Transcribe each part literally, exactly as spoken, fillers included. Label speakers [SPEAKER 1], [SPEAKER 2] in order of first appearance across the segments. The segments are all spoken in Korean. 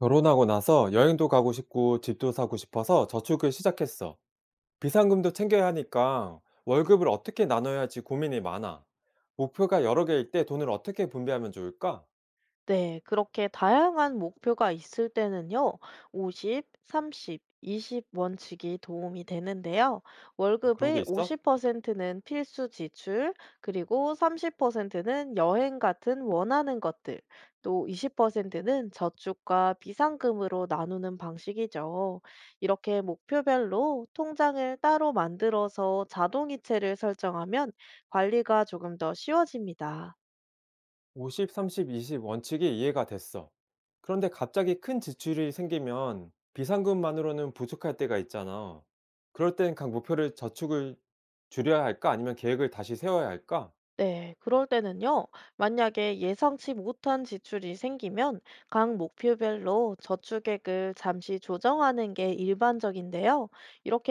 [SPEAKER 1] 결혼하고 나서 여행도 가고 싶고 집도 사고 싶어서 저축을 시작했어. 비상금도 챙겨야 하니까 월급을 어떻게 나눠야 할지 고민이 많아. 목표가 여러 개일 때 돈을 어떻게 분배하면 좋을까?
[SPEAKER 2] 네, 그렇게 다양한 목표가 있을 때는요, 오십, 삼십, 이십 원칙이 도움이 되는데요.
[SPEAKER 1] 아, 그런 게
[SPEAKER 2] 월급의
[SPEAKER 1] 있어?
[SPEAKER 2] 오십 퍼센트는 필수 지출, 그리고 삼십 퍼센트는 여행 같은 원하는 것들, 또 이십 퍼센트는 저축과 비상금으로 나누는 방식이죠. 이렇게 목표별로 통장을 따로 만들어서 자동이체를 설정하면 관리가 조금 더 쉬워집니다.
[SPEAKER 1] 오십, 삼십, 이십 원칙이 이해가 됐어. 그런데 갑자기 큰 지출이 생기면 비상금만으로는 부족할 때가 있잖아. 그럴 땐 각 목표를 저축을 줄여야 할까? 아니면 계획을 다시 세워야 할까?
[SPEAKER 2] 네, 그럴 때는요, 만약에 예상치 못한 지출이 생기면 각 목표별로 저축액을 잠시 조정하는 게 일반적인데요.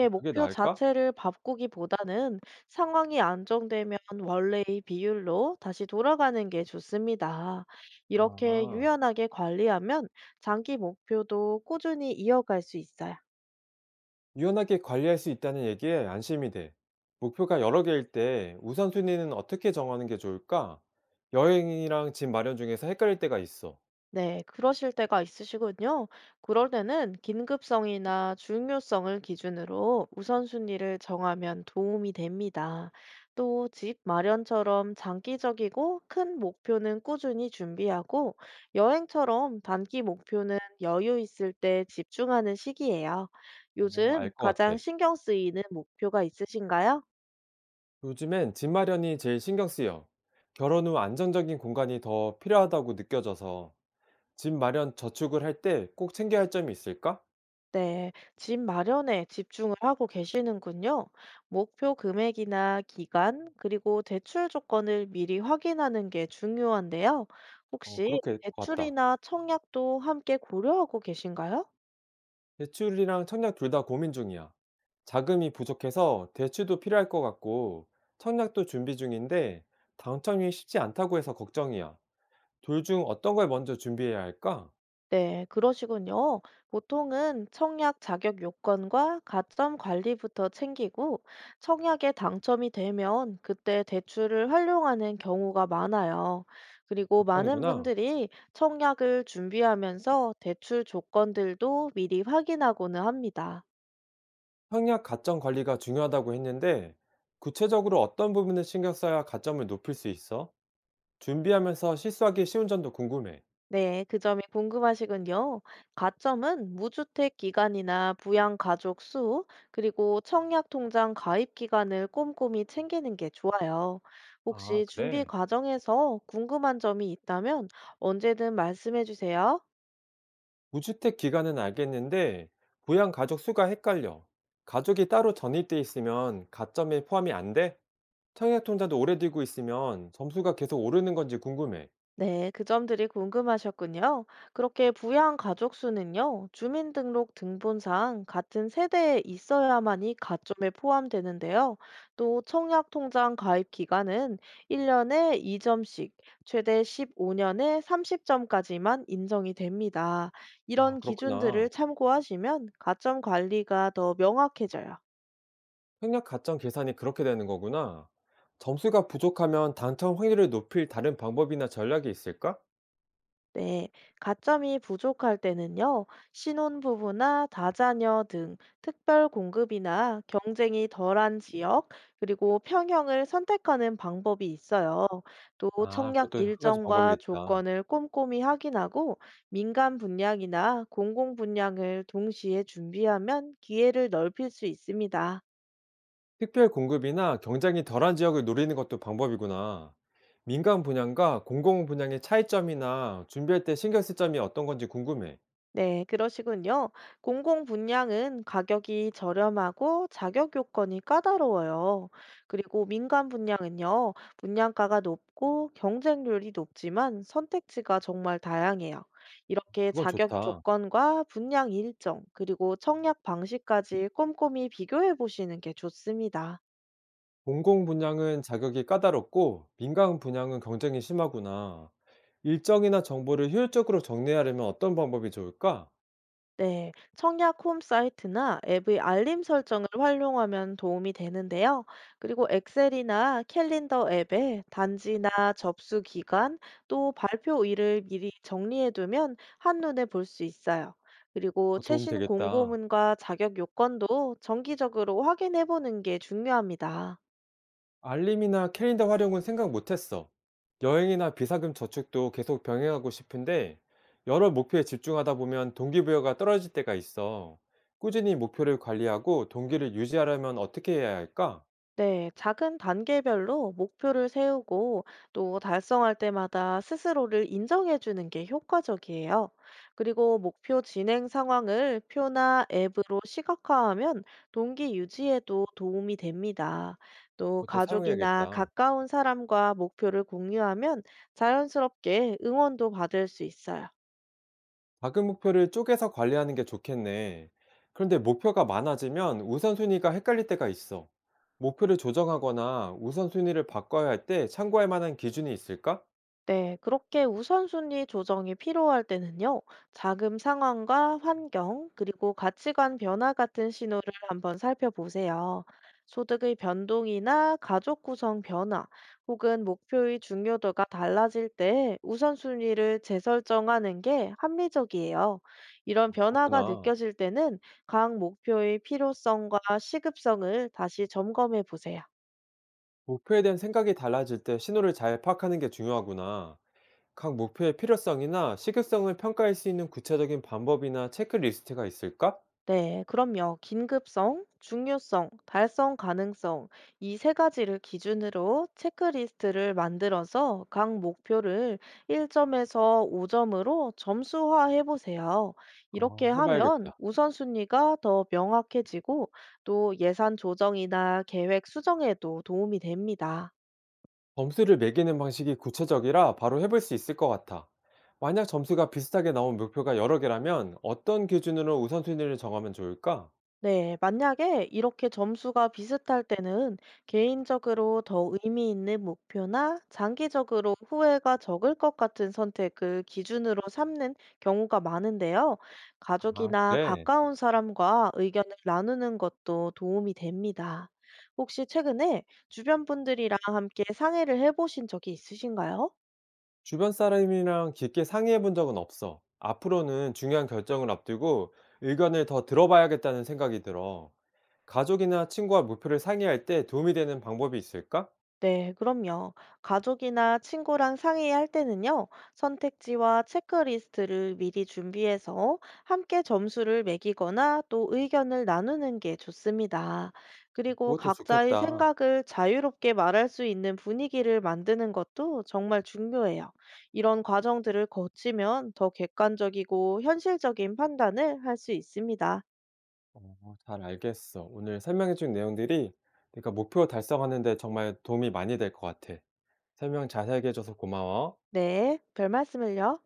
[SPEAKER 1] 아, 그게
[SPEAKER 2] 목표
[SPEAKER 1] 나을까?
[SPEAKER 2] 자체를 바꾸기보다는 상황이 안정되면 원래의 비율로 다시 돌아가는 게 좋습니다. 이렇게
[SPEAKER 1] 아.
[SPEAKER 2] 유연하게 관리하면 장기 목표도 꾸준히 이어갈 수 있어요.
[SPEAKER 1] 유연하게 관리할 수 있다는 얘기에 안심이 돼. 목표가 여러 개일 때 우선순위는 어떻게 정하는 게 좋을까? 여행이랑 집 마련 중에서 헷갈릴 때가 있어.
[SPEAKER 2] 네, 그러실 때가 있으시군요. 그럴 때는 긴급성이나 중요성을 기준으로 우선순위를 정하면 도움이 됩니다. 또 집 마련처럼 장기적이고 큰 목표는 꾸준히 준비하고 여행처럼 단기 목표는 여유 있을 때 집중하는 시기예요.
[SPEAKER 1] 어,
[SPEAKER 2] 요즘
[SPEAKER 1] 알 것
[SPEAKER 2] 가장
[SPEAKER 1] 같아.
[SPEAKER 2] 신경 쓰이는 목표가 있으신가요?
[SPEAKER 1] 요즘엔 집 마련이 제일 신경 쓰여. 결혼 후 안정적인 공간이 더 필요하다고 느껴져서 집 마련 저축을 할 때 꼭 챙겨야 할 점이 있을까?
[SPEAKER 2] 네, 집 마련에 집중을 하고 계시는군요. 목표 금액이나 기간, 그리고 대출 조건을 미리 확인하는 게 중요한데요.
[SPEAKER 1] 어,
[SPEAKER 2] 혹시
[SPEAKER 1] 그렇게 같다.
[SPEAKER 2] 대출이나 청약도 함께 고려하고 계신가요?
[SPEAKER 1] 대출이랑 청약 둘 다 고민 중이야. 자금이 부족해서 대출도 필요할 것 같고, 청약도 준비 중인데, 당첨이 쉽지 않다고 해서 걱정이야. 둘 중 어떤 걸 먼저 준비해야 할까?
[SPEAKER 2] 네, 그러시군요. 보통은 청약 자격 요건과 가점 관리부터 챙기고 청약에 당첨이 되면 그때 대출을 활용하는 경우가 많아요. 그리고
[SPEAKER 1] 그렇게
[SPEAKER 2] 많은
[SPEAKER 1] 하는구나.
[SPEAKER 2] 분들이 청약을 준비하면서 대출 조건들도 미리 확인하고는 합니다.
[SPEAKER 1] 청약 가점 관리가 중요하다고 했는데, 구체적으로 어떤 부분을 신경 써야 가점을 높일 수 있어? 준비하면서 실수하기 쉬운 점도 궁금해.
[SPEAKER 2] 네, 그 점이 궁금하시군요. 가점은 무주택 기간이나 부양 가족 수, 그리고 청약 통장 가입 기간을 꼼꼼히 챙기는 게 좋아요.
[SPEAKER 1] 아,
[SPEAKER 2] 혹시 준비
[SPEAKER 1] 그래?
[SPEAKER 2] 과정에서 궁금한 점이 있다면 언제든 말씀해 주세요.
[SPEAKER 1] 무주택 기간은 알겠는데 부양 가족 수가 헷갈려. 가족이 따로 전입돼 있으면 가점에 포함이 안 돼? 청약 통장도 오래 들고 있으면 점수가 계속 오르는 건지 궁금해.
[SPEAKER 2] 네, 그 점들이 궁금하셨군요. 그렇게 부양 가족 수는요, 주민등록 등본상 같은 세대에 있어야만이 가점에 포함되는데요. 또 청약통장 가입 기간은 일 년에 이 점씩, 최대 십오 년에 삼십 점까지만 인정이 됩니다.
[SPEAKER 1] 아,
[SPEAKER 2] 이런
[SPEAKER 1] 그렇구나.
[SPEAKER 2] 기준들을 참고하시면 가점 관리가 더 명확해져요.
[SPEAKER 1] 생략 가점 계산이 그렇게 되는 거구나. 점수가 부족하면 당첨 확률을 높일 다른 방법이나 전략이 있을까?
[SPEAKER 2] 네, 가점이 부족할 때는요, 신혼부부나 다자녀 등 특별 공급이나 경쟁이 덜한 지역, 그리고 평형을 선택하는 방법이 있어요. 또
[SPEAKER 1] 아,
[SPEAKER 2] 청약
[SPEAKER 1] 그것도 한 가지
[SPEAKER 2] 일정과
[SPEAKER 1] 방법이겠다.
[SPEAKER 2] 조건을 꼼꼼히 확인하고 민간 분양이나 공공 분양을 동시에 준비하면 기회를 넓힐 수 있습니다.
[SPEAKER 1] 특별 공급이나 경쟁이 덜한 지역을 노리는 것도 방법이구나. 민간 분양과 공공 분양의 차이점이나 준비할 때 신경 쓸 점이 어떤 건지 궁금해.
[SPEAKER 2] 네, 그러시군요. 공공 분양은 가격이 저렴하고 자격 요건이 까다로워요. 그리고 민간 분양은요, 분양가가 높고 경쟁률이 높지만 선택지가 정말 다양해요. 이렇게
[SPEAKER 1] 그건
[SPEAKER 2] 자격
[SPEAKER 1] 좋다.
[SPEAKER 2] 조건과 분양 일정, 그리고 청약 방식까지 꼼꼼히 비교해 보시는 게 좋습니다.
[SPEAKER 1] 공공 분양은 자격이 까다롭고 민간 분양은 경쟁이 심하구나. 일정이나 정보를 효율적으로 정리하려면 어떤 방법이 좋을까?
[SPEAKER 2] 네, 청약 홈 사이트나 앱의 알림 설정을 활용하면 도움이 되는데요. 그리고 엑셀이나 캘린더 앱에 단지나 접수 기간, 또 발표일을 미리 정리해두면 한눈에 볼 수 있어요. 그리고
[SPEAKER 1] 어, 도움
[SPEAKER 2] 최신
[SPEAKER 1] 되겠다.
[SPEAKER 2] 공고문과 자격 요건도 정기적으로 확인해보는 게 중요합니다.
[SPEAKER 1] 알림이나 캘린더 활용은 생각 못했어. 여행이나 비상금 저축도 계속 병행하고 싶은데 여러 목표에 집중하다 보면 동기부여가 떨어질 때가 있어. 꾸준히 목표를 관리하고 동기를 유지하려면 어떻게 해야 할까?
[SPEAKER 2] 네, 작은 단계별로 목표를 세우고 또 달성할 때마다 스스로를 인정해 주는 게 효과적이에요. 그리고 목표 진행 상황을 표나 앱으로 시각화하면 동기 유지에도 도움이 됩니다. 또
[SPEAKER 1] 그것도
[SPEAKER 2] 가족이나
[SPEAKER 1] 사용해야겠다.
[SPEAKER 2] 가까운 사람과 목표를 공유하면 자연스럽게 응원도 받을 수 있어요.
[SPEAKER 1] 작은 목표를 쪼개서 관리하는 게 좋겠네. 그런데 목표가 많아지면 우선순위가 헷갈릴 때가 있어. 목표를 조정하거나 우선순위를 바꿔야 할 때 참고할 만한 기준이 있을까?
[SPEAKER 2] 네, 그렇게 우선순위 조정이 필요할 때는요, 자금 상황과 환경, 그리고 가치관 변화 같은 신호를 한번 살펴보세요. 소득의 변동이나 가족 구성 변화, 혹은 목표의 중요도가 달라질 때 우선순위를 재설정하는 게 합리적이에요. 이런 변화가
[SPEAKER 1] 그렇구나.
[SPEAKER 2] 느껴질 때는 각 목표의 필요성과 시급성을 다시 점검해 보세요.
[SPEAKER 1] 목표에 대한 생각이 달라질 때 신호를 잘 파악하는 게 중요하구나. 각 목표의 필요성이나 시급성을 평가할 수 있는 구체적인 방법이나 체크리스트가 있을까?
[SPEAKER 2] 네, 그럼요. 긴급성, 중요성, 달성 가능성, 이 세 가지를 기준으로 체크리스트를 만들어서 각 목표를 일 점에서 오 점으로 점수화해 보세요.
[SPEAKER 1] 아,
[SPEAKER 2] 이렇게 하면
[SPEAKER 1] 해봐야겠다.
[SPEAKER 2] 우선순위가 더 명확해지고 또 예산 조정이나 계획 수정에도 도움이 됩니다.
[SPEAKER 1] 점수를 매기는 방식이 구체적이라 바로 해볼 수 있을 것 같아. 만약 점수가 비슷하게 나온 목표가 여러 개라면 어떤 기준으로 우선순위를 정하면 좋을까?
[SPEAKER 2] 네, 만약에 이렇게 점수가 비슷할 때는 개인적으로 더 의미 있는 목표나 장기적으로 후회가 적을 것 같은 선택을 기준으로 삼는 경우가 많은데요.
[SPEAKER 1] 아,
[SPEAKER 2] 가족이나
[SPEAKER 1] 그래.
[SPEAKER 2] 가까운 사람과 의견을 나누는 것도 도움이 됩니다. 혹시 최근에 주변 분들이랑 함께 상의를 해보신 적이 있으신가요?
[SPEAKER 1] 주변 사람이랑 깊게 상의해 본 적은 없어. 앞으로는 중요한 결정을 앞두고 의견을 더 들어봐야겠다는 생각이 들어. 가족이나 친구와 목표를 상의할 때 도움이 되는 방법이 있을까?
[SPEAKER 2] 네, 그럼요. 가족이나 친구랑 상의할 때는요, 선택지와 체크리스트를 미리 준비해서 함께 점수를 매기거나 또 의견을 나누는 게 좋습니다. 그리고
[SPEAKER 1] 그것도
[SPEAKER 2] 각자의
[SPEAKER 1] 좋겠다.
[SPEAKER 2] 생각을 자유롭게 말할 수 있는 분위기를 만드는 것도 정말 중요해요. 이런 과정들을 거치면 더 객관적이고 현실적인 판단을 할 수 있습니다.
[SPEAKER 1] 어, 잘 알겠어. 오늘 설명해준 내용들이 내가 목표 달성하는데 정말 도움이 많이 될 것 같아. 설명 자세하게 해줘서 고마워.
[SPEAKER 2] 네, 별 말씀을요.